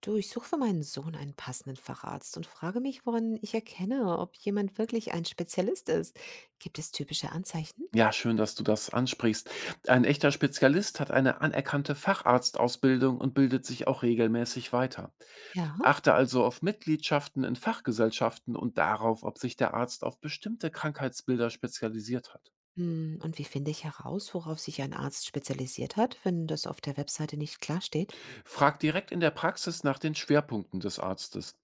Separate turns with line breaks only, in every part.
Du, ich suche für meinen Sohn einen passenden Facharzt und frage mich, woran ich erkenne, ob jemand wirklich ein Spezialist ist. Gibt es typische Anzeichen?
Ja, schön, dass du das ansprichst. Ein echter Spezialist hat eine anerkannte Facharztausbildung und bildet sich auch regelmäßig weiter.
Ja.
Achte also auf Mitgliedschaften in Fachgesellschaften und darauf, ob sich der Arzt auf bestimmte Krankheitsbilder spezialisiert hat.
Und wie finde ich heraus, worauf sich ein Arzt spezialisiert hat, wenn das auf der Webseite nicht klar steht?
Frag direkt in der Praxis nach den Schwerpunkten des Arztes.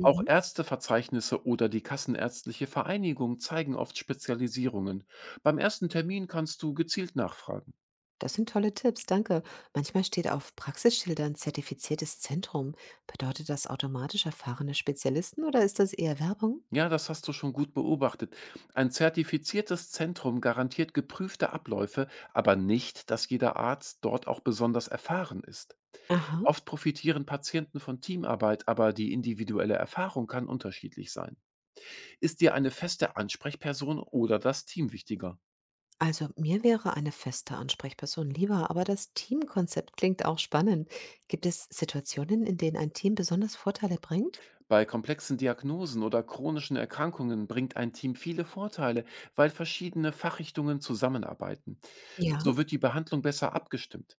Auch Ärzteverzeichnisse oder die Kassenärztliche Vereinigung zeigen oft Spezialisierungen. Beim ersten Termin kannst du gezielt nachfragen.
Das sind tolle Tipps, danke. Manchmal steht auf Praxisschildern zertifiziertes Zentrum. Bedeutet das automatisch erfahrene Spezialisten oder ist das eher Werbung?
Ja, das hast du schon gut beobachtet. Ein zertifiziertes Zentrum garantiert geprüfte Abläufe, aber nicht, dass jeder Arzt dort auch besonders erfahren ist.
Aha.
Oft profitieren Patienten von Teamarbeit, aber die individuelle Erfahrung kann unterschiedlich sein. Ist dir eine feste Ansprechperson oder das Team wichtiger?
Also mir wäre eine feste Ansprechperson lieber, aber das Teamkonzept klingt auch spannend. Gibt es Situationen, in denen ein Team besonders Vorteile bringt?
Bei komplexen Diagnosen oder chronischen Erkrankungen bringt ein Team viele Vorteile, weil verschiedene Fachrichtungen zusammenarbeiten.
Ja,
So wird die Behandlung besser abgestimmt.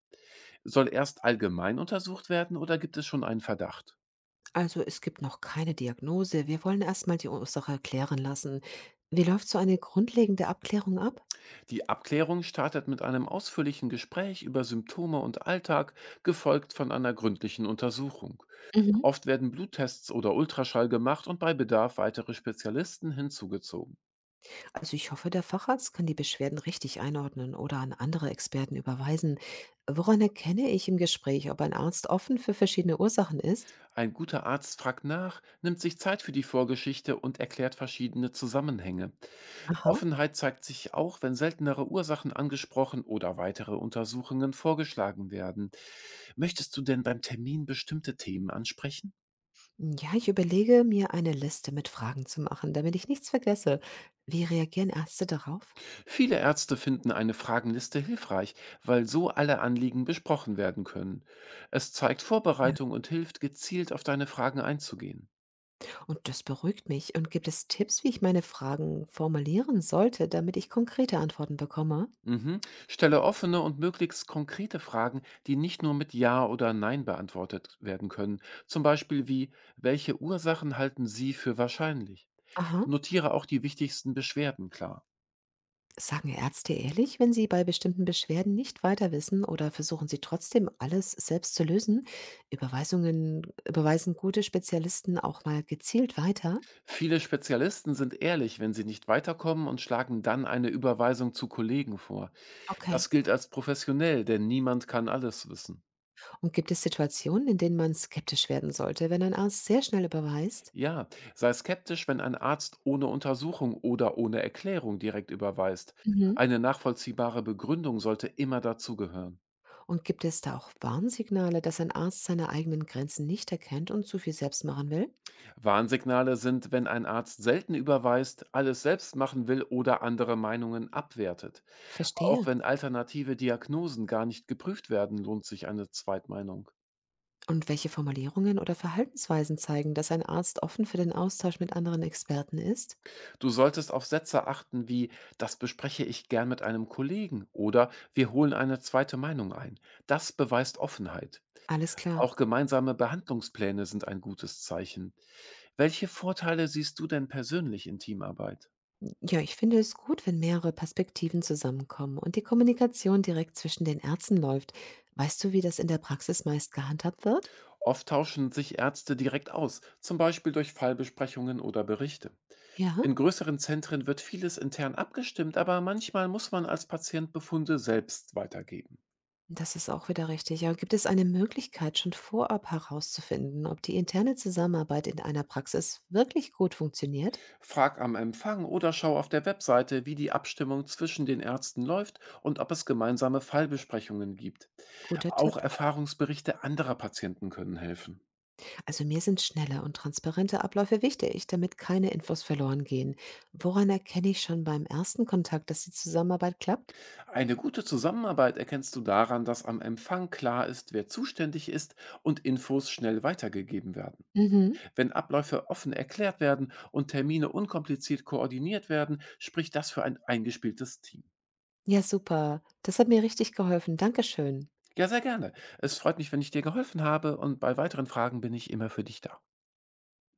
Soll erst allgemein untersucht werden oder gibt es schon einen Verdacht?
also es gibt noch keine Diagnose. Wir wollen erstmal die Ursache klären lassen. Wie läuft so eine grundlegende Abklärung ab?
Die Abklärung startet mit einem ausführlichen Gespräch über Symptome und Alltag, gefolgt von einer gründlichen Untersuchung.
Mhm.
Oft werden Bluttests oder Ultraschall gemacht und bei Bedarf weitere Spezialisten hinzugezogen.
Also ich hoffe, der Facharzt kann die Beschwerden richtig einordnen oder an andere Experten überweisen. Woran erkenne ich im Gespräch, ob ein Arzt offen für verschiedene Ursachen ist?
Ein guter Arzt fragt nach, nimmt sich Zeit für die Vorgeschichte und erklärt verschiedene Zusammenhänge.
Aha.
Offenheit zeigt sich auch, wenn seltenere Ursachen angesprochen oder weitere Untersuchungen vorgeschlagen werden. Möchtest du denn beim Termin bestimmte Themen ansprechen?
Ja, ich überlege, mir eine Liste mit Fragen zu machen, damit ich nichts vergesse. Wie reagieren Ärzte darauf?
Viele Ärzte finden eine Fragenliste hilfreich, weil so alle Anliegen besprochen werden können. Es zeigt
Ja.
Vorbereitung und hilft, gezielt auf deine Fragen einzugehen.
Und das beruhigt mich. Und gibt es Tipps, wie ich meine Fragen formulieren sollte, damit ich konkrete Antworten bekomme?
Mhm. Stelle offene und möglichst konkrete Fragen, die nicht nur mit Ja oder Nein beantwortet werden können. Zum Beispiel wie, welche Ursachen halten Sie für wahrscheinlich?
Aha.
Notiere auch die wichtigsten Beschwerden klar.
Sagen Ärzte ehrlich, wenn sie bei bestimmten Beschwerden nicht weiter wissen oder versuchen sie trotzdem alles selbst zu lösen? Überweisen gute Spezialisten auch mal gezielt weiter?
Viele Spezialisten sind ehrlich, wenn sie nicht weiterkommen und schlagen dann eine Überweisung zu Kollegen vor.
Okay.
Das gilt als professionell, denn niemand kann alles wissen.
Und gibt es Situationen, in denen man skeptisch werden sollte, wenn ein Arzt sehr schnell überweist?
Ja, sei skeptisch, wenn ein Arzt ohne Untersuchung oder ohne Erklärung direkt überweist.
Mhm.
Eine nachvollziehbare Begründung sollte immer dazugehören.
Und gibt es da auch Warnsignale, dass ein Arzt seine eigenen Grenzen nicht erkennt und zu viel selbst machen will?
Warnsignale sind, wenn ein Arzt selten überweist, alles selbst machen will oder andere Meinungen abwertet. Auch
Verstehe.
wenn alternative Diagnosen gar nicht geprüft werden, lohnt sich eine Zweitmeinung.
Und welche Formulierungen oder Verhaltensweisen zeigen, dass ein Arzt offen für den Austausch mit anderen Experten ist?
Du solltest auf Sätze achten wie: das bespreche ich gern mit einem Kollegen, oder wir holen eine zweite Meinung ein. Das beweist Offenheit.
Alles klar.
Auch gemeinsame Behandlungspläne sind ein gutes Zeichen. Welche Vorteile siehst du denn persönlich in Teamarbeit?
Ja, ich finde es gut, wenn mehrere Perspektiven zusammenkommen und die Kommunikation direkt zwischen den Ärzten läuft. Weißt du, wie das in der Praxis meist gehandhabt wird?
Oft tauschen sich Ärzte direkt aus, zum Beispiel durch Fallbesprechungen oder Berichte.
Ja.
In größeren Zentren wird vieles intern abgestimmt, aber manchmal muss man als Patient Befunde selbst weitergeben.
Das ist auch wieder richtig. Aber gibt es eine Möglichkeit, schon vorab herauszufinden, ob die interne Zusammenarbeit in einer Praxis wirklich gut funktioniert?
Frag am Empfang oder schau auf der Webseite, wie die Abstimmung zwischen den Ärzten läuft und ob es gemeinsame Fallbesprechungen gibt.
Guter
Auch
Tipp.
Erfahrungsberichte anderer Patienten können helfen.
Also mir sind schnelle und transparente Abläufe wichtig, damit keine Infos verloren gehen. Woran erkenne ich schon beim ersten Kontakt, dass die Zusammenarbeit klappt?
Eine gute Zusammenarbeit erkennst du daran, dass am Empfang klar ist, wer zuständig ist und Infos schnell weitergegeben werden.
Mhm.
Wenn Abläufe offen erklärt werden und Termine unkompliziert koordiniert werden, spricht das für ein eingespieltes Team.
Ja, super. Das hat mir richtig geholfen. Dankeschön.
Ja, sehr gerne. Es freut mich, wenn ich dir geholfen habe, und bei weiteren Fragen bin ich immer für dich da.